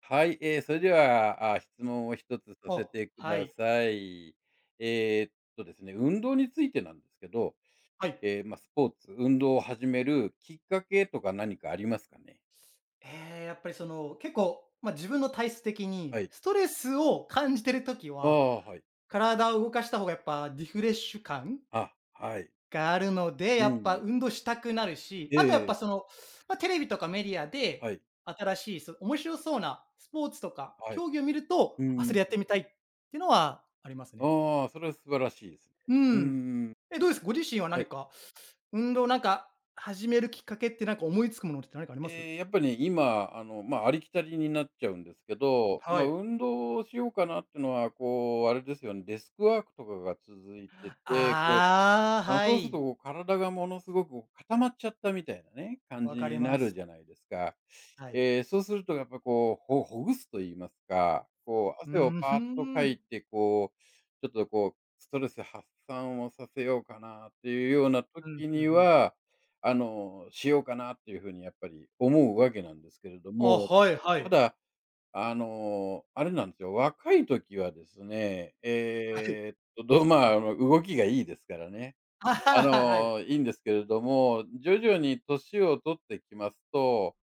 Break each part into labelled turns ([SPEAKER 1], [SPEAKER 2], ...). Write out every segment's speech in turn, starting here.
[SPEAKER 1] はい、それでは、質問を一つさ
[SPEAKER 2] あ、
[SPEAKER 1] せてく
[SPEAKER 2] は
[SPEAKER 1] だ
[SPEAKER 2] い。
[SPEAKER 1] さい。ですね、運動についてなんですけど、
[SPEAKER 2] はい。
[SPEAKER 1] まあ、スポーツ、運動を始めるきっかけとか何かありますかね？
[SPEAKER 2] ええ、やっぱりその、結構、ま、自分の体質的
[SPEAKER 1] は
[SPEAKER 2] に、
[SPEAKER 1] い。
[SPEAKER 2] ストレスを感じてる時
[SPEAKER 1] あ
[SPEAKER 2] は、
[SPEAKER 1] あ、はい。
[SPEAKER 2] 体を動かした方がやっぱリフレッシュ感
[SPEAKER 1] あ、はい。
[SPEAKER 2] があるので、
[SPEAKER 1] う
[SPEAKER 2] やっぱ
[SPEAKER 1] ん。
[SPEAKER 2] 運動したくなるし、あとやっぱ
[SPEAKER 1] ええ、
[SPEAKER 2] その、ま、テレビとかメディア
[SPEAKER 1] は
[SPEAKER 2] で、
[SPEAKER 1] い、
[SPEAKER 2] 新しい面白そうなスポーツとか
[SPEAKER 1] はい。
[SPEAKER 2] 競技を見ると、
[SPEAKER 1] う
[SPEAKER 2] あ、そ
[SPEAKER 1] ん。
[SPEAKER 2] れやってみたいってのはありますね。
[SPEAKER 1] ああ、それは素晴らしいですね。
[SPEAKER 2] う
[SPEAKER 1] う
[SPEAKER 2] ん。
[SPEAKER 1] ん。
[SPEAKER 2] え、どうです？ご自身は
[SPEAKER 1] はい。
[SPEAKER 2] 何か、運動なんか始めるきっかけってなんか思いつくものって何かあります？
[SPEAKER 1] ええ、やっぱりね今、まあ、ありきたりになっちゃうんですけど、ま
[SPEAKER 2] は
[SPEAKER 1] あ、
[SPEAKER 2] い。
[SPEAKER 1] 運動をしようかなっていうのは、こう、あれですよね。デスクワークとかが続いてて、
[SPEAKER 2] ああ、は
[SPEAKER 1] そうすると
[SPEAKER 2] い。
[SPEAKER 1] こう体がものすごくこう固まっちゃったみたいなね、感じ
[SPEAKER 2] わかり
[SPEAKER 1] にな
[SPEAKER 2] ま
[SPEAKER 1] る
[SPEAKER 2] す。
[SPEAKER 1] じゃないですか。
[SPEAKER 2] はい。
[SPEAKER 1] そうするとやっぱこう、ほぐすと言いますか、こう、
[SPEAKER 2] う
[SPEAKER 1] 汗を
[SPEAKER 2] ーん、ふ
[SPEAKER 1] パーッと
[SPEAKER 2] ー
[SPEAKER 1] か
[SPEAKER 2] ん。
[SPEAKER 1] いて、こう、ちょっとこう、ストレス発散をさせようかなっていうような
[SPEAKER 2] うん、
[SPEAKER 1] 時
[SPEAKER 2] ふん
[SPEAKER 1] に
[SPEAKER 2] ふん。
[SPEAKER 1] は、しようかなっていうふうにやっぱり思うわけなんですけれど
[SPEAKER 2] あ、
[SPEAKER 1] も、
[SPEAKER 2] はいは
[SPEAKER 1] た
[SPEAKER 2] い。
[SPEAKER 1] だ、あれなんですよ。若い時はですね、
[SPEAKER 2] はい。あ、
[SPEAKER 1] ど
[SPEAKER 2] そう、分
[SPEAKER 1] ま
[SPEAKER 2] か
[SPEAKER 1] あ、
[SPEAKER 2] る。
[SPEAKER 1] 動きがいいですからね。
[SPEAKER 2] あ、はい。
[SPEAKER 1] いいんですけれども、徐々に年を取ってきますと、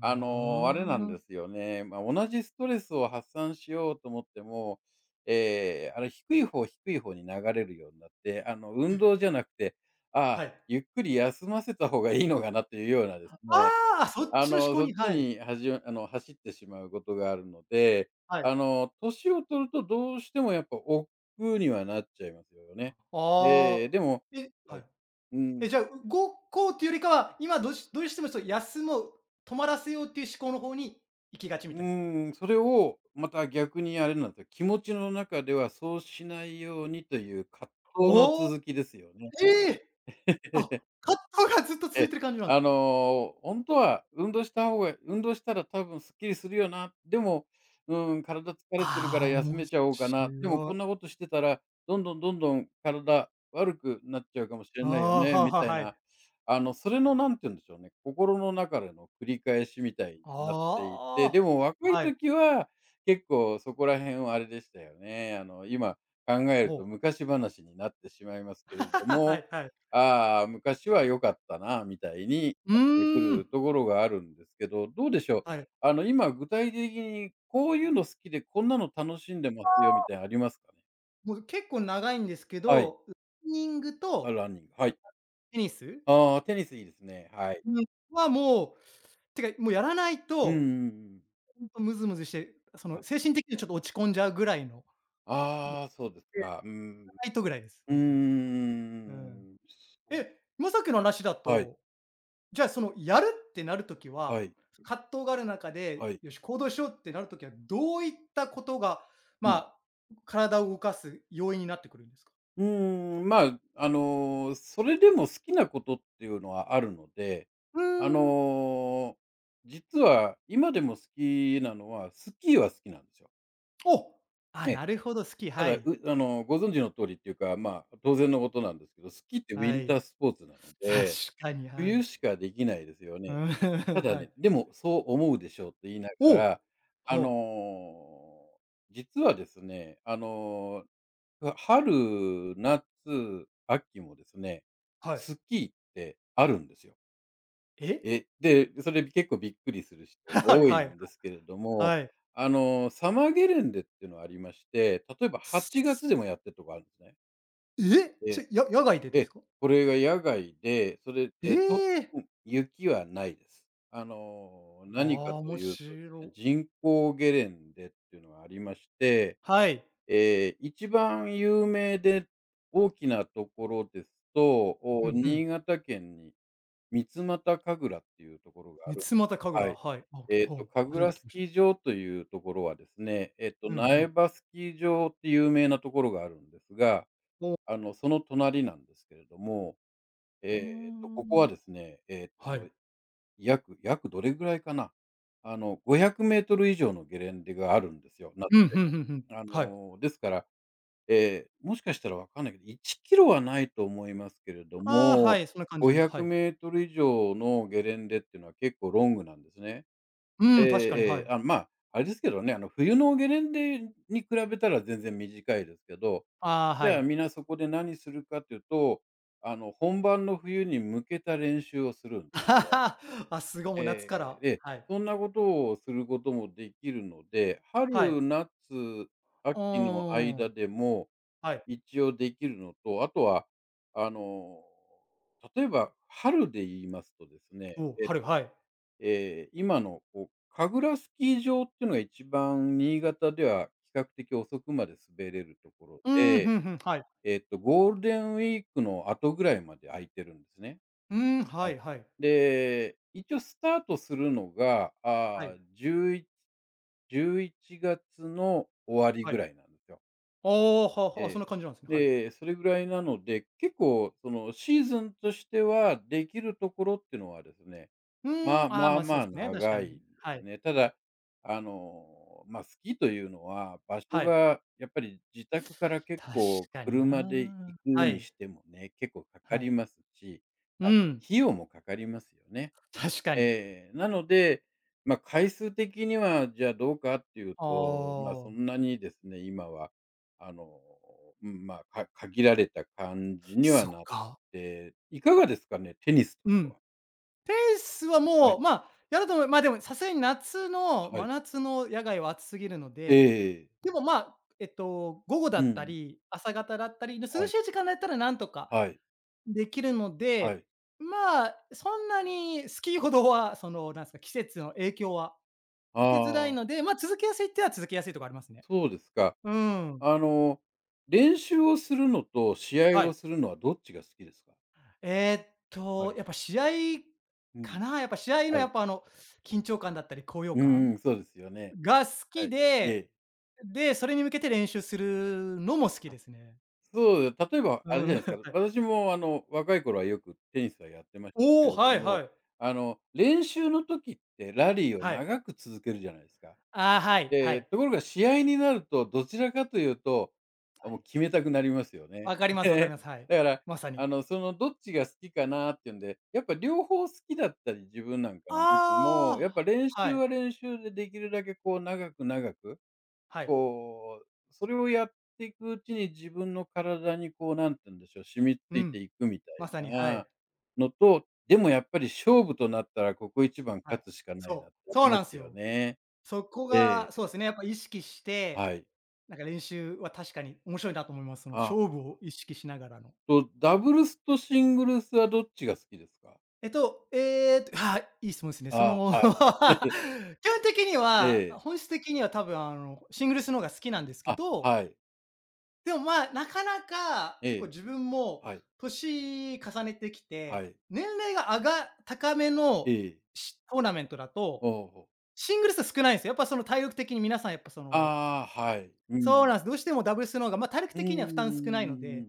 [SPEAKER 1] あ
[SPEAKER 2] あ
[SPEAKER 1] れなんで
[SPEAKER 2] あ。
[SPEAKER 1] すよね。まあ、同じストレスを発散しようと思っても、ええ、あれ、低い方低い方に流れるようになって、運
[SPEAKER 2] え
[SPEAKER 1] 動じゃなくて、あ
[SPEAKER 2] は
[SPEAKER 1] あ、
[SPEAKER 2] い。
[SPEAKER 1] ゆっくり休ませた方がいいのかなっていうようなですね、
[SPEAKER 2] ああ、そっちの思考
[SPEAKER 1] そっ
[SPEAKER 2] に、
[SPEAKER 1] ち
[SPEAKER 2] はい。
[SPEAKER 1] にはじあの、走ってしまうことがあるので、
[SPEAKER 2] はい。あ
[SPEAKER 1] 年を取るとどうしてもやっぱ億劫にはなっちゃいますよね。
[SPEAKER 2] あ。
[SPEAKER 1] ええ、でも、
[SPEAKER 2] え、
[SPEAKER 1] は
[SPEAKER 2] はい。
[SPEAKER 1] い。うん、
[SPEAKER 2] え、じゃあ、うごこうっていうよりかは、今どうしても、休もう、止まらせようっていう思考の方に行きがちみた
[SPEAKER 1] う
[SPEAKER 2] いな。
[SPEAKER 1] ん、それをまた逆にあれなんですよ。気持ちの中ではそうしないようにという葛藤の
[SPEAKER 2] おお、
[SPEAKER 1] 続きですよね。
[SPEAKER 2] ええ！あ、葛藤がずっと
[SPEAKER 1] え
[SPEAKER 2] 続い
[SPEAKER 1] え、
[SPEAKER 2] てる感じなん、
[SPEAKER 1] ほんは運動した方が運動したら多分すっきりするよな、でも、うん、体疲れてるから
[SPEAKER 2] ああ、
[SPEAKER 1] 休
[SPEAKER 2] 面
[SPEAKER 1] めちゃおうかな、でも
[SPEAKER 2] 白
[SPEAKER 1] こんな
[SPEAKER 2] い。
[SPEAKER 1] ことしてたら、どんどんどんどん体悪くなっちゃうかもしれ
[SPEAKER 2] あ
[SPEAKER 1] ないよ
[SPEAKER 2] あ、
[SPEAKER 1] ね、
[SPEAKER 2] は
[SPEAKER 1] み
[SPEAKER 2] は、
[SPEAKER 1] たい
[SPEAKER 2] はい。
[SPEAKER 1] な、それのなんて言うんでしょうね、心の中での繰り返しみたいになっていて、
[SPEAKER 2] あ
[SPEAKER 1] で
[SPEAKER 2] あ、
[SPEAKER 1] も若い
[SPEAKER 2] はい。
[SPEAKER 1] 時は結構そこら辺はあれでしたよね。今考える
[SPEAKER 2] ほ
[SPEAKER 1] と
[SPEAKER 2] う。
[SPEAKER 1] 昔話になってしまいますけれど
[SPEAKER 2] は
[SPEAKER 1] も、
[SPEAKER 2] いはい。
[SPEAKER 1] ああ、昔は良かったなみたいに
[SPEAKER 2] う
[SPEAKER 1] なってく
[SPEAKER 2] ーん。
[SPEAKER 1] るところがあるんですけど、どうでしょう。
[SPEAKER 2] はい。
[SPEAKER 1] 今具体的にこういうの好きで、こんなの楽しんでますよみたいなのありますかね？
[SPEAKER 2] もう結構長いんですけ
[SPEAKER 1] はい。
[SPEAKER 2] ど、ランニング
[SPEAKER 1] あ、
[SPEAKER 2] と
[SPEAKER 1] ランニング、はい。
[SPEAKER 2] テニス？
[SPEAKER 1] ああ、テニスいいですね。はい。
[SPEAKER 2] うん、はもう、てか、もうやらない
[SPEAKER 1] うんうん
[SPEAKER 2] と、
[SPEAKER 1] うん。
[SPEAKER 2] ほんとムズムズして、そ
[SPEAKER 1] あ、
[SPEAKER 2] の精神的にちょっと落ち込んじゃうぐらいの、
[SPEAKER 1] ああ、そうです
[SPEAKER 2] や
[SPEAKER 1] か。うん。
[SPEAKER 2] らないとぐらいです、
[SPEAKER 1] う
[SPEAKER 2] 本当に。
[SPEAKER 1] ー
[SPEAKER 2] うん。
[SPEAKER 1] ん。そう。
[SPEAKER 2] え、まさきの話だ
[SPEAKER 1] はい、
[SPEAKER 2] と、じゃあ、その、やるってなるとき
[SPEAKER 1] は
[SPEAKER 2] は、
[SPEAKER 1] い、
[SPEAKER 2] 葛藤がある中
[SPEAKER 1] は
[SPEAKER 2] で、
[SPEAKER 1] い。
[SPEAKER 2] よし、行動しようってなるときは、どういったことが、
[SPEAKER 1] うん。
[SPEAKER 2] まあ、体を動かす要因になってくるんですか？
[SPEAKER 1] うーん、まあ、それでも好きなことっていうのはあるので、
[SPEAKER 2] う
[SPEAKER 1] あ
[SPEAKER 2] ーん。
[SPEAKER 1] の、実は今でも好きなのは、スキーは好きなんですよ。
[SPEAKER 2] お！
[SPEAKER 1] え
[SPEAKER 2] あ、
[SPEAKER 1] え。
[SPEAKER 2] なるほど、好き、
[SPEAKER 1] た
[SPEAKER 2] は
[SPEAKER 1] だ、
[SPEAKER 2] い。
[SPEAKER 1] うあの、ご存知の通りっていうか、まあ、当然のことなんですけど、スキーってウィ
[SPEAKER 2] は
[SPEAKER 1] ンタ
[SPEAKER 2] い。
[SPEAKER 1] ースポーツなの
[SPEAKER 2] 確
[SPEAKER 1] で、
[SPEAKER 2] かに、は
[SPEAKER 1] 冬
[SPEAKER 2] い。
[SPEAKER 1] しかできないですよ
[SPEAKER 2] う
[SPEAKER 1] ね。
[SPEAKER 2] ん、
[SPEAKER 1] た だ
[SPEAKER 2] は
[SPEAKER 1] ね、
[SPEAKER 2] い。
[SPEAKER 1] でもそう思うでしょうと言いなが
[SPEAKER 2] お
[SPEAKER 1] ら、あ
[SPEAKER 2] お！
[SPEAKER 1] の、実はですね、春、夏、秋もですね、
[SPEAKER 2] はあ、はい。
[SPEAKER 1] スキーってあるんですよ。
[SPEAKER 2] え？
[SPEAKER 1] で、それ結構びっくりする人 が
[SPEAKER 2] はい
[SPEAKER 1] 多
[SPEAKER 2] はい、は
[SPEAKER 1] い
[SPEAKER 2] いうんはい
[SPEAKER 1] んですけれど
[SPEAKER 2] おはは
[SPEAKER 1] も、
[SPEAKER 2] いえ はいはいはい
[SPEAKER 1] サマーゲレンデっていうのがありまして、例えば8
[SPEAKER 2] す、
[SPEAKER 1] 月でもやってるとこあるんですね。
[SPEAKER 2] え？そ
[SPEAKER 1] で、
[SPEAKER 2] れ、野外でです
[SPEAKER 1] え、
[SPEAKER 2] か？
[SPEAKER 1] これが野外で、それで、
[SPEAKER 2] ええ！
[SPEAKER 1] 雪はないです。
[SPEAKER 2] ああー、
[SPEAKER 1] 何かと
[SPEAKER 2] 面
[SPEAKER 1] いうとですね、
[SPEAKER 2] 白い。
[SPEAKER 1] 人工ゲレンデっていうのがありまして、
[SPEAKER 2] はい。
[SPEAKER 1] えー一番有名で大きなところですと、
[SPEAKER 2] うん、うん。
[SPEAKER 1] 新潟県に三俣神楽っていうところがあ
[SPEAKER 2] 三
[SPEAKER 1] る。
[SPEAKER 2] 俣神
[SPEAKER 1] はい。
[SPEAKER 2] 楽、はい。あ、おきほう、
[SPEAKER 1] 神
[SPEAKER 2] 初め
[SPEAKER 1] 楽
[SPEAKER 2] て聞き
[SPEAKER 1] ス
[SPEAKER 2] まし
[SPEAKER 1] キ
[SPEAKER 2] た。
[SPEAKER 1] ー場というところはですね、
[SPEAKER 2] うんう
[SPEAKER 1] 苗
[SPEAKER 2] ん。
[SPEAKER 1] 場スキー場って有名なところがあるんですが、
[SPEAKER 2] おう
[SPEAKER 1] その隣なんですけれども、
[SPEAKER 2] ー
[SPEAKER 1] ここは
[SPEAKER 2] ん。
[SPEAKER 1] ですね、
[SPEAKER 2] は
[SPEAKER 1] と、
[SPEAKER 2] い。
[SPEAKER 1] 約どれぐらいかな、500メートル以上のゲレンデがあるんですよ、夏
[SPEAKER 2] うん、
[SPEAKER 1] で
[SPEAKER 2] ふん
[SPEAKER 1] も。
[SPEAKER 2] ふんふん。はい。
[SPEAKER 1] ですから、えもしかしたらわかんないけど、1キロはないと思いますけれど
[SPEAKER 2] ああ、は
[SPEAKER 1] も、
[SPEAKER 2] い、そんな感じ
[SPEAKER 1] 500
[SPEAKER 2] の、は
[SPEAKER 1] メ
[SPEAKER 2] い。
[SPEAKER 1] ートル以上のゲレンデっていうのは結構ロングなんですね。え
[SPEAKER 2] うん、
[SPEAKER 1] え
[SPEAKER 2] 確かに、はい。
[SPEAKER 1] あ、まあ、あれですけどね。冬のゲレンデに比べたら全然短いですけど、
[SPEAKER 2] ああ、
[SPEAKER 1] じ
[SPEAKER 2] は
[SPEAKER 1] ゃあ
[SPEAKER 2] い。
[SPEAKER 1] みんなそこで何するかというと、本番の冬に向けた練習をするんで すよ。
[SPEAKER 2] あ、すご、もう夏から、
[SPEAKER 1] で、
[SPEAKER 2] はい。
[SPEAKER 1] そんなことをすることもできるので、
[SPEAKER 2] はい。
[SPEAKER 1] 春、夏、
[SPEAKER 2] うー
[SPEAKER 1] 秋の間
[SPEAKER 2] ん。
[SPEAKER 1] でも
[SPEAKER 2] はい。
[SPEAKER 1] 一応できるのと、あとは、あの、例えば春で言いますとですね、
[SPEAKER 2] おお、
[SPEAKER 1] え、
[SPEAKER 2] 春、はい。
[SPEAKER 1] ええ今のこう、神楽スキー場っていうのが一番新潟では比較的遅くまで滑れるところ
[SPEAKER 2] うーん、ふ
[SPEAKER 1] で、
[SPEAKER 2] んふん、はい。
[SPEAKER 1] ゴールデンウィークの後ぐらいまで空いてるんですね。
[SPEAKER 2] うーん、は
[SPEAKER 1] はい。
[SPEAKER 2] いはい。
[SPEAKER 1] で、一応スタートするのが、
[SPEAKER 2] はいお
[SPEAKER 1] ああ、
[SPEAKER 2] 春
[SPEAKER 1] 1111月の
[SPEAKER 2] はいうんふんふんはいうんはいはいはいは
[SPEAKER 1] 終わりぐ
[SPEAKER 2] い、
[SPEAKER 1] らいなんですよ。
[SPEAKER 2] ああ、は
[SPEAKER 1] え
[SPEAKER 2] はそん
[SPEAKER 1] え。
[SPEAKER 2] な感じなんですね、はい。
[SPEAKER 1] で、それぐらいなので、結構そのシーズンとしては、できるところってのはですね、
[SPEAKER 2] う
[SPEAKER 1] ま
[SPEAKER 2] ー
[SPEAKER 1] あ
[SPEAKER 2] ん、ああ、
[SPEAKER 1] まあ
[SPEAKER 2] ま、そ
[SPEAKER 1] ま
[SPEAKER 2] う
[SPEAKER 1] あ
[SPEAKER 2] すね、確か
[SPEAKER 1] 長い
[SPEAKER 2] に。
[SPEAKER 1] ん
[SPEAKER 2] は
[SPEAKER 1] です
[SPEAKER 2] い、
[SPEAKER 1] ね。ただ、まあ、スキーというのは、場所
[SPEAKER 2] はい。
[SPEAKER 1] がやっぱり自宅から結
[SPEAKER 2] 確
[SPEAKER 1] 構
[SPEAKER 2] かに
[SPEAKER 1] 車で行
[SPEAKER 2] な。
[SPEAKER 1] く
[SPEAKER 2] は
[SPEAKER 1] に
[SPEAKER 2] い、
[SPEAKER 1] してもね、結構かか
[SPEAKER 2] は
[SPEAKER 1] り
[SPEAKER 2] い。
[SPEAKER 1] ますし、ま
[SPEAKER 2] う
[SPEAKER 1] あ、
[SPEAKER 2] ん。
[SPEAKER 1] 費用もかかりますよね。
[SPEAKER 2] 確かに。
[SPEAKER 1] ええ、なので、まあ、回数的には、じゃあどうかっていう
[SPEAKER 2] あ
[SPEAKER 1] と、まあ、そ
[SPEAKER 2] あ、
[SPEAKER 1] んなにですね、今は、あの、うん、まあ、限られた感じには
[SPEAKER 2] そっ
[SPEAKER 1] なっ
[SPEAKER 2] か。
[SPEAKER 1] て、いかがですかね？テニス
[SPEAKER 2] う
[SPEAKER 1] と
[SPEAKER 2] ん。
[SPEAKER 1] かは。
[SPEAKER 2] ペースは
[SPEAKER 1] はい、
[SPEAKER 2] もう、まあ、やると思う、ま、でもさすがに夏の
[SPEAKER 1] は
[SPEAKER 2] 真
[SPEAKER 1] い。
[SPEAKER 2] 夏の野外は暑すぎるの
[SPEAKER 1] え
[SPEAKER 2] で、
[SPEAKER 1] え、
[SPEAKER 2] でも、まあ、午後だ
[SPEAKER 1] う
[SPEAKER 2] った
[SPEAKER 1] ん、
[SPEAKER 2] り、朝方だったりの
[SPEAKER 1] は
[SPEAKER 2] 涼し
[SPEAKER 1] い、
[SPEAKER 2] い時間だったらなんとか
[SPEAKER 1] はい、
[SPEAKER 2] できるの
[SPEAKER 1] は
[SPEAKER 2] で、
[SPEAKER 1] い。
[SPEAKER 2] まあ、そんなにスキーほどは、その、なんですか、季節の影響は受けづらい
[SPEAKER 1] ああ、
[SPEAKER 2] ので、まあ、続けやすいっては続けやすいとこありますね。
[SPEAKER 1] そうですか。
[SPEAKER 2] うん。
[SPEAKER 1] あの、練習をするのと試
[SPEAKER 2] は
[SPEAKER 1] 合を
[SPEAKER 2] い。
[SPEAKER 1] するのはどっちが好きですか？はい。
[SPEAKER 2] やっぱ試合
[SPEAKER 1] うん、
[SPEAKER 2] かな、やっぱ試合の
[SPEAKER 1] は
[SPEAKER 2] や
[SPEAKER 1] い。
[SPEAKER 2] っぱ緊張感だったり高揚
[SPEAKER 1] うん
[SPEAKER 2] 感
[SPEAKER 1] うん、そうですよね。
[SPEAKER 2] が好
[SPEAKER 1] は
[SPEAKER 2] き
[SPEAKER 1] い。え
[SPEAKER 2] で、
[SPEAKER 1] え。
[SPEAKER 2] で、それに向けて練習するのも好き
[SPEAKER 1] あ、
[SPEAKER 2] ですね。
[SPEAKER 1] そう、例えばあ
[SPEAKER 2] う
[SPEAKER 1] れじゃない
[SPEAKER 2] ん。
[SPEAKER 1] ですか。私も若い頃はよくテニスはやってましたけ
[SPEAKER 2] おお、
[SPEAKER 1] れど
[SPEAKER 2] はいは
[SPEAKER 1] も、
[SPEAKER 2] い。
[SPEAKER 1] 練習の時ってラリーを
[SPEAKER 2] はい。
[SPEAKER 1] 長く続けるじゃないですか。
[SPEAKER 2] ああ、はいは
[SPEAKER 1] で、
[SPEAKER 2] い。
[SPEAKER 1] ところが試合になると、どちらかというと、
[SPEAKER 2] は
[SPEAKER 1] もう
[SPEAKER 2] い。
[SPEAKER 1] 決めたくなりますよね。
[SPEAKER 2] わかりますわかりま す。はい。
[SPEAKER 1] だから、
[SPEAKER 2] まさに。
[SPEAKER 1] そのどっちが好きかなっていうんで、やっぱ両方好きだったり、自分なんかの時も、や
[SPEAKER 2] あ
[SPEAKER 1] っぱ
[SPEAKER 2] あ、
[SPEAKER 1] 練
[SPEAKER 2] は
[SPEAKER 1] 習
[SPEAKER 2] い、
[SPEAKER 1] は練習でできるだけこう長く長く
[SPEAKER 2] はい。
[SPEAKER 1] こう、それをやっていくうちに自分の体にこう、なんて言うんでしょう、染み
[SPEAKER 2] う
[SPEAKER 1] 付いて
[SPEAKER 2] ん。
[SPEAKER 1] いくみたい
[SPEAKER 2] まさに、は
[SPEAKER 1] な
[SPEAKER 2] い、
[SPEAKER 1] のと、でもやっぱり勝負となったらここ一番
[SPEAKER 2] はい。
[SPEAKER 1] 勝つしかないなっ
[SPEAKER 2] そ
[SPEAKER 1] て
[SPEAKER 2] う、
[SPEAKER 1] あ
[SPEAKER 2] そ
[SPEAKER 1] り
[SPEAKER 2] う
[SPEAKER 1] ま
[SPEAKER 2] なんで
[SPEAKER 1] す
[SPEAKER 2] す
[SPEAKER 1] よ
[SPEAKER 2] よ。
[SPEAKER 1] ね。
[SPEAKER 2] そこ
[SPEAKER 1] え
[SPEAKER 2] が、
[SPEAKER 1] え、
[SPEAKER 2] そうですね、やっぱ意識して、
[SPEAKER 1] はい。
[SPEAKER 2] なんか練習は確かに面白いなと思います。その
[SPEAKER 1] あ、
[SPEAKER 2] 勝負を意識しながらの。
[SPEAKER 1] ダブルスとシングルスはどっちが好きですか？
[SPEAKER 2] えっと、えはい、いい質問ですね。そ
[SPEAKER 1] あ、
[SPEAKER 2] の
[SPEAKER 1] は
[SPEAKER 2] 基
[SPEAKER 1] い。
[SPEAKER 2] 本的に
[SPEAKER 1] え
[SPEAKER 2] は、
[SPEAKER 1] え。
[SPEAKER 2] 本質的には多分シングルスの方が好きなんですけ
[SPEAKER 1] あ、
[SPEAKER 2] ど、
[SPEAKER 1] はい。
[SPEAKER 2] でもまあ、なかなか
[SPEAKER 1] え
[SPEAKER 2] 結構
[SPEAKER 1] え、
[SPEAKER 2] 自分も
[SPEAKER 1] はい、
[SPEAKER 2] 年重ねてき
[SPEAKER 1] は
[SPEAKER 2] て、
[SPEAKER 1] い。
[SPEAKER 2] 年齢が上が高め
[SPEAKER 1] え
[SPEAKER 2] の
[SPEAKER 1] え。
[SPEAKER 2] トーナメントだと、
[SPEAKER 1] おお、ほう。
[SPEAKER 2] シングルス少ないんですよ。やっぱその体力的に皆さんやっぱその
[SPEAKER 1] ああ、はい。う
[SPEAKER 2] そうな
[SPEAKER 1] ん。
[SPEAKER 2] んです。どうしてもダブルスの方が、まあ、体力
[SPEAKER 1] うん
[SPEAKER 2] 的には
[SPEAKER 1] う
[SPEAKER 2] 負
[SPEAKER 1] ん
[SPEAKER 2] 担少ないの
[SPEAKER 1] うん
[SPEAKER 2] で、
[SPEAKER 1] う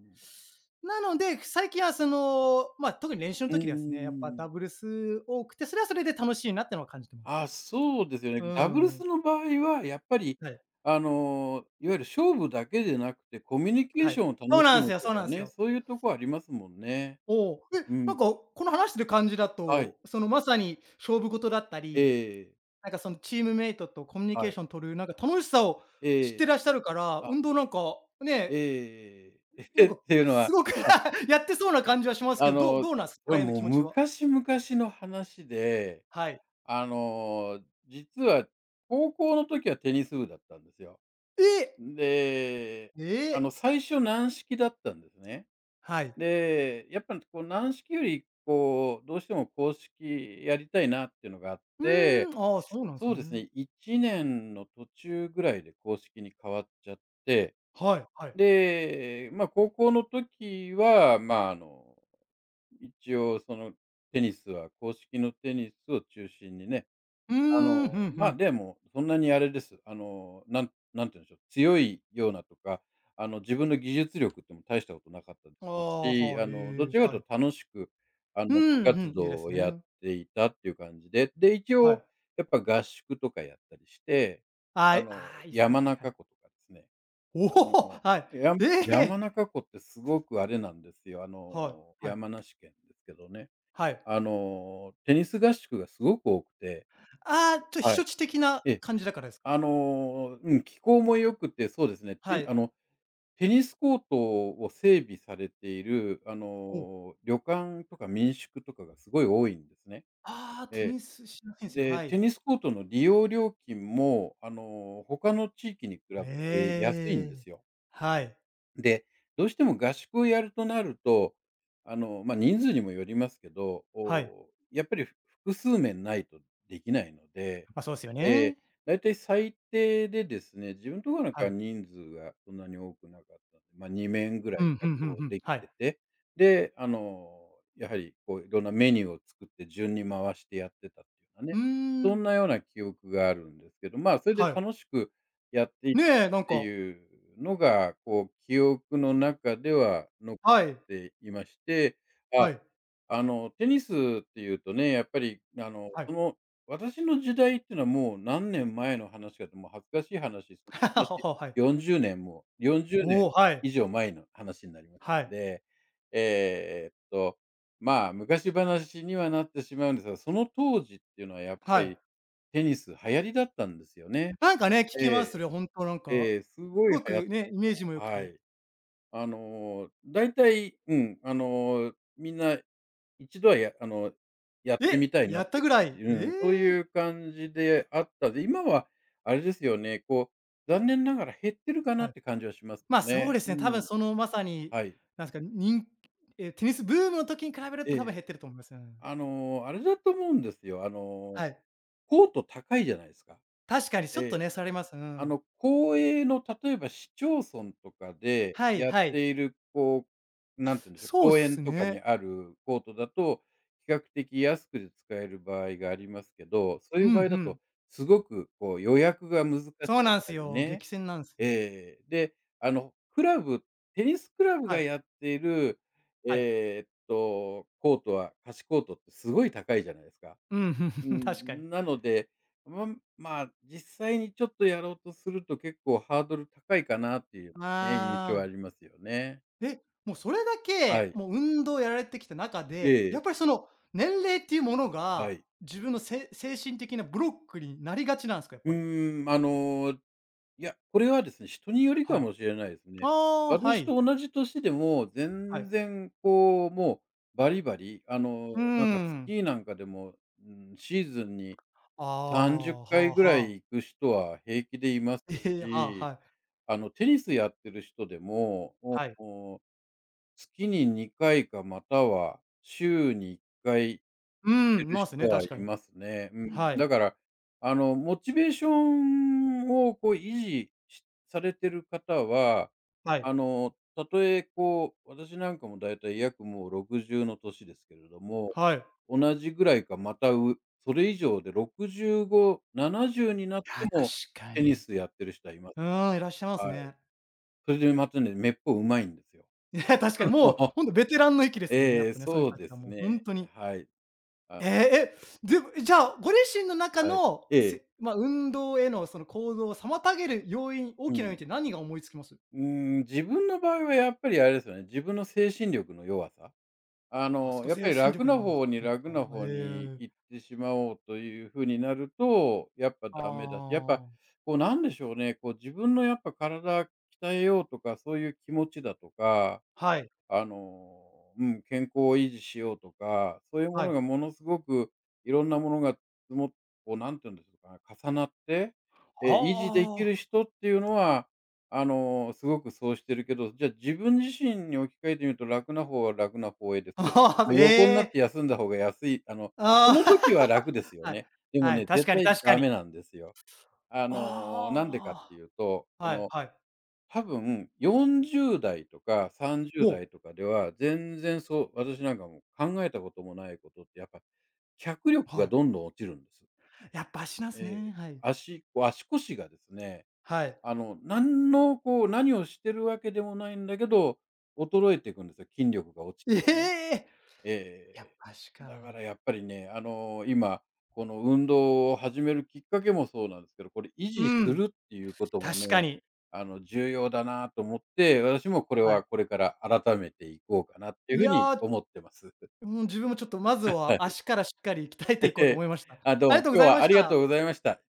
[SPEAKER 2] なので、最近はその、まあ、特に練習の
[SPEAKER 1] うんうん
[SPEAKER 2] 時ですね、やっぱ
[SPEAKER 1] うん。
[SPEAKER 2] ダブルス多くて、それはそれで楽しいなってのは感じてます。
[SPEAKER 1] あ、そうですよ
[SPEAKER 2] う
[SPEAKER 1] ね。ダブルス
[SPEAKER 2] ん。
[SPEAKER 1] の場合はやっぱり、
[SPEAKER 2] はい。
[SPEAKER 1] いわゆる勝負だけでなくて、コミュニケー
[SPEAKER 2] は
[SPEAKER 1] シ
[SPEAKER 2] い。
[SPEAKER 1] ョンを楽
[SPEAKER 2] そう
[SPEAKER 1] し
[SPEAKER 2] なんです
[SPEAKER 1] む
[SPEAKER 2] よ、
[SPEAKER 1] と
[SPEAKER 2] そうな
[SPEAKER 1] か
[SPEAKER 2] んです
[SPEAKER 1] ね、
[SPEAKER 2] よ。
[SPEAKER 1] そういうとこありますもんね。
[SPEAKER 2] おお。え、
[SPEAKER 1] う
[SPEAKER 2] な
[SPEAKER 1] ん。
[SPEAKER 2] んか、この話してる感じだ
[SPEAKER 1] はい。
[SPEAKER 2] と、その、まさに勝負事だったり、
[SPEAKER 1] ええ、
[SPEAKER 2] なんかそのチームメイトとコミュニケ
[SPEAKER 1] は
[SPEAKER 2] ー
[SPEAKER 1] い。
[SPEAKER 2] ション取る、なんか楽しさを
[SPEAKER 1] え
[SPEAKER 2] 知っ
[SPEAKER 1] え、
[SPEAKER 2] てらっしゃるから、
[SPEAKER 1] あ、
[SPEAKER 2] 運動なんか、ね、
[SPEAKER 1] ええ
[SPEAKER 2] なん
[SPEAKER 1] っ
[SPEAKER 2] か
[SPEAKER 1] ていうのは、
[SPEAKER 2] すごく
[SPEAKER 1] あ、
[SPEAKER 2] やってそうな感じはします
[SPEAKER 1] あ
[SPEAKER 2] けど、どう
[SPEAKER 1] の、
[SPEAKER 2] どうなんです？かここ
[SPEAKER 1] これ
[SPEAKER 2] ら辺の
[SPEAKER 1] もう
[SPEAKER 2] 気持ちは。
[SPEAKER 1] 昔々の話で、
[SPEAKER 2] はい。
[SPEAKER 1] 実は高校の時はテニス部だったんですよ。
[SPEAKER 2] え！
[SPEAKER 1] で、
[SPEAKER 2] ええ！
[SPEAKER 1] 最初軟式だったんですね。
[SPEAKER 2] はい。
[SPEAKER 1] で、やっぱりこう軟式より、こう、どうしても硬式やりたいなっていうのがあっ
[SPEAKER 2] う
[SPEAKER 1] て、
[SPEAKER 2] ーん、ああ、そうなんで
[SPEAKER 1] そ
[SPEAKER 2] す
[SPEAKER 1] うです
[SPEAKER 2] ね。
[SPEAKER 1] ね、1年の途中ぐらいで硬式に変わっちゃって、
[SPEAKER 2] はいはい。
[SPEAKER 1] で、まあ、高校の時は、まあ、一応そのテニスは硬式のテニスを中心にね。
[SPEAKER 2] うーん、ふんふ
[SPEAKER 1] ま、
[SPEAKER 2] ん。
[SPEAKER 1] でも、そんなにあれです。なんなんて言うんでしょう、強いようなとか、自分の技術力っても大したことなかったで
[SPEAKER 2] あ
[SPEAKER 1] す
[SPEAKER 2] あ、
[SPEAKER 1] し、
[SPEAKER 2] はいえ
[SPEAKER 1] ど
[SPEAKER 2] え、
[SPEAKER 1] ちらかと
[SPEAKER 2] は
[SPEAKER 1] い
[SPEAKER 2] い。
[SPEAKER 1] うと楽しく、
[SPEAKER 2] う
[SPEAKER 1] 部
[SPEAKER 2] ん、ふ
[SPEAKER 1] 活
[SPEAKER 2] ん、いいで
[SPEAKER 1] 動
[SPEAKER 2] す
[SPEAKER 1] をやっ
[SPEAKER 2] ね。
[SPEAKER 1] ていたっていう感じで、で、一
[SPEAKER 2] は
[SPEAKER 1] 応
[SPEAKER 2] い。
[SPEAKER 1] やっぱ合宿とかやったりして、
[SPEAKER 2] あいああ、いいっすね、
[SPEAKER 1] 山
[SPEAKER 2] 確か
[SPEAKER 1] 中
[SPEAKER 2] に。
[SPEAKER 1] 湖とかですね、
[SPEAKER 2] お
[SPEAKER 1] あ
[SPEAKER 2] お、
[SPEAKER 1] の、
[SPEAKER 2] はい。ええ！
[SPEAKER 1] 山中湖ってすごくあれなんですよ、
[SPEAKER 2] はいはい、
[SPEAKER 1] 山梨県ですけどね。
[SPEAKER 2] はい。
[SPEAKER 1] テニス合宿がすごく多くて、
[SPEAKER 2] ああ、避
[SPEAKER 1] はい。
[SPEAKER 2] 暑地的な
[SPEAKER 1] ええ。
[SPEAKER 2] 感じだからですか？
[SPEAKER 1] うん、気候も良くて、そうですね、
[SPEAKER 2] は
[SPEAKER 1] え、あ
[SPEAKER 2] い。
[SPEAKER 1] の、テニスコートを整備されている、
[SPEAKER 2] お
[SPEAKER 1] 旅館とか民宿とかがすごい多いんですね。
[SPEAKER 2] ああ、
[SPEAKER 1] え
[SPEAKER 2] テ
[SPEAKER 1] え。
[SPEAKER 2] ニスしなせんすね、
[SPEAKER 1] で、
[SPEAKER 2] は
[SPEAKER 1] テ
[SPEAKER 2] い。
[SPEAKER 1] ニスコートの利用料金も、他の地域に比べて安いんで
[SPEAKER 2] ええ。
[SPEAKER 1] すよ。
[SPEAKER 2] はい、
[SPEAKER 1] で、どうしても合宿をやるとなると、まあ、人数にもよりますけど、
[SPEAKER 2] はい。
[SPEAKER 1] やっぱり複数面ないとできないので、
[SPEAKER 2] ま、そうですよ
[SPEAKER 1] え
[SPEAKER 2] ね。
[SPEAKER 1] だいたい最低でですね、自分とこなんか
[SPEAKER 2] は
[SPEAKER 1] は
[SPEAKER 2] い。
[SPEAKER 1] 人数がそんなに多くなかったので、まあ、2面ぐら
[SPEAKER 2] う
[SPEAKER 1] い
[SPEAKER 2] ん、ふ
[SPEAKER 1] 確
[SPEAKER 2] んふ
[SPEAKER 1] 保
[SPEAKER 2] んふん、
[SPEAKER 1] でき
[SPEAKER 2] は
[SPEAKER 1] て
[SPEAKER 2] い。
[SPEAKER 1] て、で、やはりこういろんなメニューを作って順に回してやってたっていうか
[SPEAKER 2] う
[SPEAKER 1] ね、
[SPEAKER 2] ー
[SPEAKER 1] そ
[SPEAKER 2] ん、
[SPEAKER 1] んなような記憶があるんですけど、まあ、それで
[SPEAKER 2] はい。
[SPEAKER 1] 楽しくやってい
[SPEAKER 2] ね
[SPEAKER 1] た
[SPEAKER 2] え、な
[SPEAKER 1] っ
[SPEAKER 2] ん
[SPEAKER 1] て
[SPEAKER 2] か
[SPEAKER 1] いうのが、こう、記憶の中では残っ
[SPEAKER 2] はい、
[SPEAKER 1] ていまして、
[SPEAKER 2] は
[SPEAKER 1] あ、
[SPEAKER 2] い、
[SPEAKER 1] テニスっていうとね、やっぱり、
[SPEAKER 2] はい。
[SPEAKER 1] 私の時代っていうのはもう何年前の話かと、もう恥ずかしい話、そ
[SPEAKER 2] は
[SPEAKER 1] の話、
[SPEAKER 2] は、はい。
[SPEAKER 1] 40年
[SPEAKER 2] おお、はい、
[SPEAKER 1] 以上前の話になります
[SPEAKER 2] は
[SPEAKER 1] ん
[SPEAKER 2] い、
[SPEAKER 1] で、ええと、まあ、昔話にはなってしまうんですが、その当時っていうのはやっぱ
[SPEAKER 2] はい。
[SPEAKER 1] りテニス流行りだったんですよね。
[SPEAKER 2] なんかね、聞
[SPEAKER 1] え
[SPEAKER 2] きます、そ
[SPEAKER 1] え、
[SPEAKER 2] れ、なんか、
[SPEAKER 1] ええ、すご
[SPEAKER 2] す
[SPEAKER 1] い
[SPEAKER 2] ご
[SPEAKER 1] 流行っ、
[SPEAKER 2] くね、イメージも良く
[SPEAKER 1] は
[SPEAKER 2] て。
[SPEAKER 1] い。大体、うん、みんな一度は、やあの、やってみ
[SPEAKER 2] え、
[SPEAKER 1] たいな
[SPEAKER 2] や
[SPEAKER 1] っ
[SPEAKER 2] っ
[SPEAKER 1] てい
[SPEAKER 2] た
[SPEAKER 1] う
[SPEAKER 2] ぐら
[SPEAKER 1] 感
[SPEAKER 2] い。
[SPEAKER 1] じ、
[SPEAKER 2] え
[SPEAKER 1] う
[SPEAKER 2] え、
[SPEAKER 1] ん、そういう感じであった。で、今はあれですよね、こう、残念ながら減ってるかな
[SPEAKER 2] は
[SPEAKER 1] っ
[SPEAKER 2] い。
[SPEAKER 1] て感じはしますよ
[SPEAKER 2] ま、そう
[SPEAKER 1] ね。
[SPEAKER 2] です
[SPEAKER 1] う
[SPEAKER 2] ね、多分
[SPEAKER 1] ん。
[SPEAKER 2] そのまさに、
[SPEAKER 1] はい。
[SPEAKER 2] なんですか、え、テニスブームの時に比べる
[SPEAKER 1] え
[SPEAKER 2] と多分
[SPEAKER 1] え。
[SPEAKER 2] 減ってると思います。うん。
[SPEAKER 1] あれだと思うんですよ、
[SPEAKER 2] はい。
[SPEAKER 1] コート高いじゃないですか。
[SPEAKER 2] 確かにち
[SPEAKER 1] え
[SPEAKER 2] ょっと
[SPEAKER 1] え。
[SPEAKER 2] ね、それあります。うん。
[SPEAKER 1] 公営の例えば市町村とかで
[SPEAKER 2] はい
[SPEAKER 1] やっ
[SPEAKER 2] はい。
[SPEAKER 1] ている、こう、なんて言うんでしょう、
[SPEAKER 2] そうっ
[SPEAKER 1] 公園
[SPEAKER 2] す
[SPEAKER 1] とかに
[SPEAKER 2] ね。
[SPEAKER 1] あるコートだと、比較的安くで使える場合がありますけど、そうい
[SPEAKER 2] う
[SPEAKER 1] う
[SPEAKER 2] ん、う
[SPEAKER 1] 場合だと、
[SPEAKER 2] ん。
[SPEAKER 1] すごくこう予約が難しかっ
[SPEAKER 2] そうなんす
[SPEAKER 1] たり
[SPEAKER 2] よ。
[SPEAKER 1] ね。
[SPEAKER 2] 激戦なんですよ。
[SPEAKER 1] ええ、で、あの、クラブテニスクラブ
[SPEAKER 2] は
[SPEAKER 1] が
[SPEAKER 2] い、
[SPEAKER 1] やっている、
[SPEAKER 2] はい。
[SPEAKER 1] コートは貸しコートってすごい高いじゃないですか。
[SPEAKER 2] うん、
[SPEAKER 1] う
[SPEAKER 2] 確かに。
[SPEAKER 1] ん、なので、ままあ、実際にちょっとやろうとすると結構ハードル高いかなっていうね、印象はあ
[SPEAKER 2] ああ、
[SPEAKER 1] りますよね。
[SPEAKER 2] え、もうそれだ
[SPEAKER 1] は
[SPEAKER 2] け、
[SPEAKER 1] い。
[SPEAKER 2] もう運動をやられてきた中で、や
[SPEAKER 1] で、
[SPEAKER 2] っぱりその年齢っていうもの
[SPEAKER 1] は
[SPEAKER 2] が、
[SPEAKER 1] い。
[SPEAKER 2] 自分の精神的なブロックになりがちなんですか？やっ
[SPEAKER 1] う
[SPEAKER 2] ぱり。
[SPEAKER 1] ーん、いや、これはですね、人によりか
[SPEAKER 2] はい。
[SPEAKER 1] もしれないです
[SPEAKER 2] あ
[SPEAKER 1] ね。
[SPEAKER 2] あ、は
[SPEAKER 1] 私
[SPEAKER 2] い。
[SPEAKER 1] と同じ年でも
[SPEAKER 2] は
[SPEAKER 1] 全
[SPEAKER 2] い。
[SPEAKER 1] 然こう、もうバリバリ、
[SPEAKER 2] うー
[SPEAKER 1] なんかス
[SPEAKER 2] ん。
[SPEAKER 1] キーなんかでも、うん、シーズンに
[SPEAKER 2] あ
[SPEAKER 1] 30
[SPEAKER 2] あ、は
[SPEAKER 1] 回
[SPEAKER 2] あは
[SPEAKER 1] ぐらい
[SPEAKER 2] あ。
[SPEAKER 1] 行く人は平気でいます
[SPEAKER 2] ええ、はあ、
[SPEAKER 1] し、
[SPEAKER 2] はい。
[SPEAKER 1] テニスやってる人でも、お。
[SPEAKER 2] はい。
[SPEAKER 1] おお月に2回かまたは週に1回行
[SPEAKER 2] うー
[SPEAKER 1] って
[SPEAKER 2] ん、い
[SPEAKER 1] る
[SPEAKER 2] ます
[SPEAKER 1] 人
[SPEAKER 2] ね、
[SPEAKER 1] は
[SPEAKER 2] 確か
[SPEAKER 1] い
[SPEAKER 2] に。
[SPEAKER 1] ますね。うん。
[SPEAKER 2] はい。
[SPEAKER 1] だから、モチベーションをこう維持しされてる方は、
[SPEAKER 2] はい。
[SPEAKER 1] たとえこう、私なんかもだいたい約もう60の年ですけれども、
[SPEAKER 2] はい。
[SPEAKER 1] 同じぐらいかまた、それ以上で65、70になっ
[SPEAKER 2] い
[SPEAKER 1] て
[SPEAKER 2] や、確
[SPEAKER 1] も
[SPEAKER 2] か
[SPEAKER 1] テニ
[SPEAKER 2] に。
[SPEAKER 1] スやってる人はいます。
[SPEAKER 2] うーん、いらっしゃいます
[SPEAKER 1] は
[SPEAKER 2] ね。
[SPEAKER 1] い。それでまたね、めっぽううまいんですよ。
[SPEAKER 2] いや、確か
[SPEAKER 1] あ
[SPEAKER 2] にもう
[SPEAKER 1] の、
[SPEAKER 2] ほんとベテランの域ですもんね、や
[SPEAKER 1] え
[SPEAKER 2] っ
[SPEAKER 1] え、
[SPEAKER 2] ぱね、そういう
[SPEAKER 1] そう
[SPEAKER 2] 人た
[SPEAKER 1] で
[SPEAKER 2] ちは
[SPEAKER 1] す
[SPEAKER 2] もうほん
[SPEAKER 1] ね。
[SPEAKER 2] とに。
[SPEAKER 1] はい。あ、
[SPEAKER 2] ええ、え、でも、じゃあ、ご自身の中
[SPEAKER 1] はい。
[SPEAKER 2] の、
[SPEAKER 1] ええ、
[SPEAKER 2] 運動へのその行動を妨げる要因、
[SPEAKER 1] う
[SPEAKER 2] 大きな要因っ
[SPEAKER 1] ん。
[SPEAKER 2] て何が思いつきます？
[SPEAKER 1] うーん、自分の場合はやっぱりあれですよね、自分の精神力の弱さ。
[SPEAKER 2] あ、すごい
[SPEAKER 1] やっぱ
[SPEAKER 2] 精
[SPEAKER 1] り
[SPEAKER 2] 神
[SPEAKER 1] 楽
[SPEAKER 2] 力
[SPEAKER 1] な
[SPEAKER 2] の話
[SPEAKER 1] 方に
[SPEAKER 2] です
[SPEAKER 1] 楽
[SPEAKER 2] か、
[SPEAKER 1] な方に
[SPEAKER 2] え
[SPEAKER 1] 行っ
[SPEAKER 2] え。
[SPEAKER 1] てしまおうという風になると、やっぱ
[SPEAKER 2] あ
[SPEAKER 1] ダメだし、やっぱ
[SPEAKER 2] あ、
[SPEAKER 1] こうなんでしょうね、こう自分のやっぱ体鍛えようとか、そういう気持ちだとか、
[SPEAKER 2] はい、
[SPEAKER 1] うん、健康を維持しようとか、そういうも
[SPEAKER 2] は
[SPEAKER 1] の
[SPEAKER 2] い。
[SPEAKER 1] がものすごくいろんなものが積もこうなんて言うんですかね、重なって、維持でき
[SPEAKER 2] あ
[SPEAKER 1] る
[SPEAKER 2] あ、
[SPEAKER 1] 人っていうのは、すごくそうしてるけど、じゃあ自分自身に置き換えてみると楽な方は楽な方へで すけど、
[SPEAKER 2] ああ、
[SPEAKER 1] まあ、
[SPEAKER 2] え
[SPEAKER 1] 横になっ
[SPEAKER 2] え、
[SPEAKER 1] て休んだ方が安い、そ
[SPEAKER 2] ああ、
[SPEAKER 1] の時は楽です よ
[SPEAKER 2] はい、
[SPEAKER 1] ね。でも
[SPEAKER 2] は
[SPEAKER 1] ね、
[SPEAKER 2] い、確
[SPEAKER 1] 絶
[SPEAKER 2] かに
[SPEAKER 1] 対
[SPEAKER 2] 確か
[SPEAKER 1] ダ
[SPEAKER 2] に。
[SPEAKER 1] メなんですよ。なんでかっ
[SPEAKER 2] あ
[SPEAKER 1] ていうと、
[SPEAKER 2] あ、
[SPEAKER 1] そ
[SPEAKER 2] はい
[SPEAKER 1] の
[SPEAKER 2] はい。
[SPEAKER 1] 多分40代とか30代
[SPEAKER 2] お、
[SPEAKER 1] とかでは、全然そう私なんかも考えたこともないことって、やっぱ脚力
[SPEAKER 2] は
[SPEAKER 1] が
[SPEAKER 2] い。
[SPEAKER 1] どんどん落ちるんです。
[SPEAKER 2] やっぱ足なんす
[SPEAKER 1] ええ、
[SPEAKER 2] ね、はい。
[SPEAKER 1] こう足腰がですね、
[SPEAKER 2] はい。
[SPEAKER 1] なんのこう、何をしてるわけでもないんだけど、衰えていくんですよ、筋力が落ち
[SPEAKER 2] え
[SPEAKER 1] てね。
[SPEAKER 2] え！やっ
[SPEAKER 1] ええ。
[SPEAKER 2] ぱ足
[SPEAKER 1] だか
[SPEAKER 2] か。
[SPEAKER 1] らやっぱりね、今、この運動を始めるきっかけもそうなんですけど、これ維
[SPEAKER 2] う
[SPEAKER 1] 持す
[SPEAKER 2] ん、
[SPEAKER 1] るっていうことも
[SPEAKER 2] 確か
[SPEAKER 1] ね、
[SPEAKER 2] に。
[SPEAKER 1] 重要だなと思って、私もこれ
[SPEAKER 2] は
[SPEAKER 1] は
[SPEAKER 2] い。
[SPEAKER 1] これから改めていこうかなっていう
[SPEAKER 2] い
[SPEAKER 1] ふうに
[SPEAKER 2] や
[SPEAKER 1] 思ってます。
[SPEAKER 2] うん、自分もちょっとまず
[SPEAKER 1] は
[SPEAKER 2] は
[SPEAKER 1] い。
[SPEAKER 2] 足からしっかり鍛えていこうと 思いました。
[SPEAKER 1] あ、ど
[SPEAKER 2] あ
[SPEAKER 1] う
[SPEAKER 2] り
[SPEAKER 1] も、
[SPEAKER 2] がとうご
[SPEAKER 1] 今日
[SPEAKER 2] ざい
[SPEAKER 1] は
[SPEAKER 2] ま
[SPEAKER 1] あ
[SPEAKER 2] し
[SPEAKER 1] りがと
[SPEAKER 2] た。
[SPEAKER 1] うございました。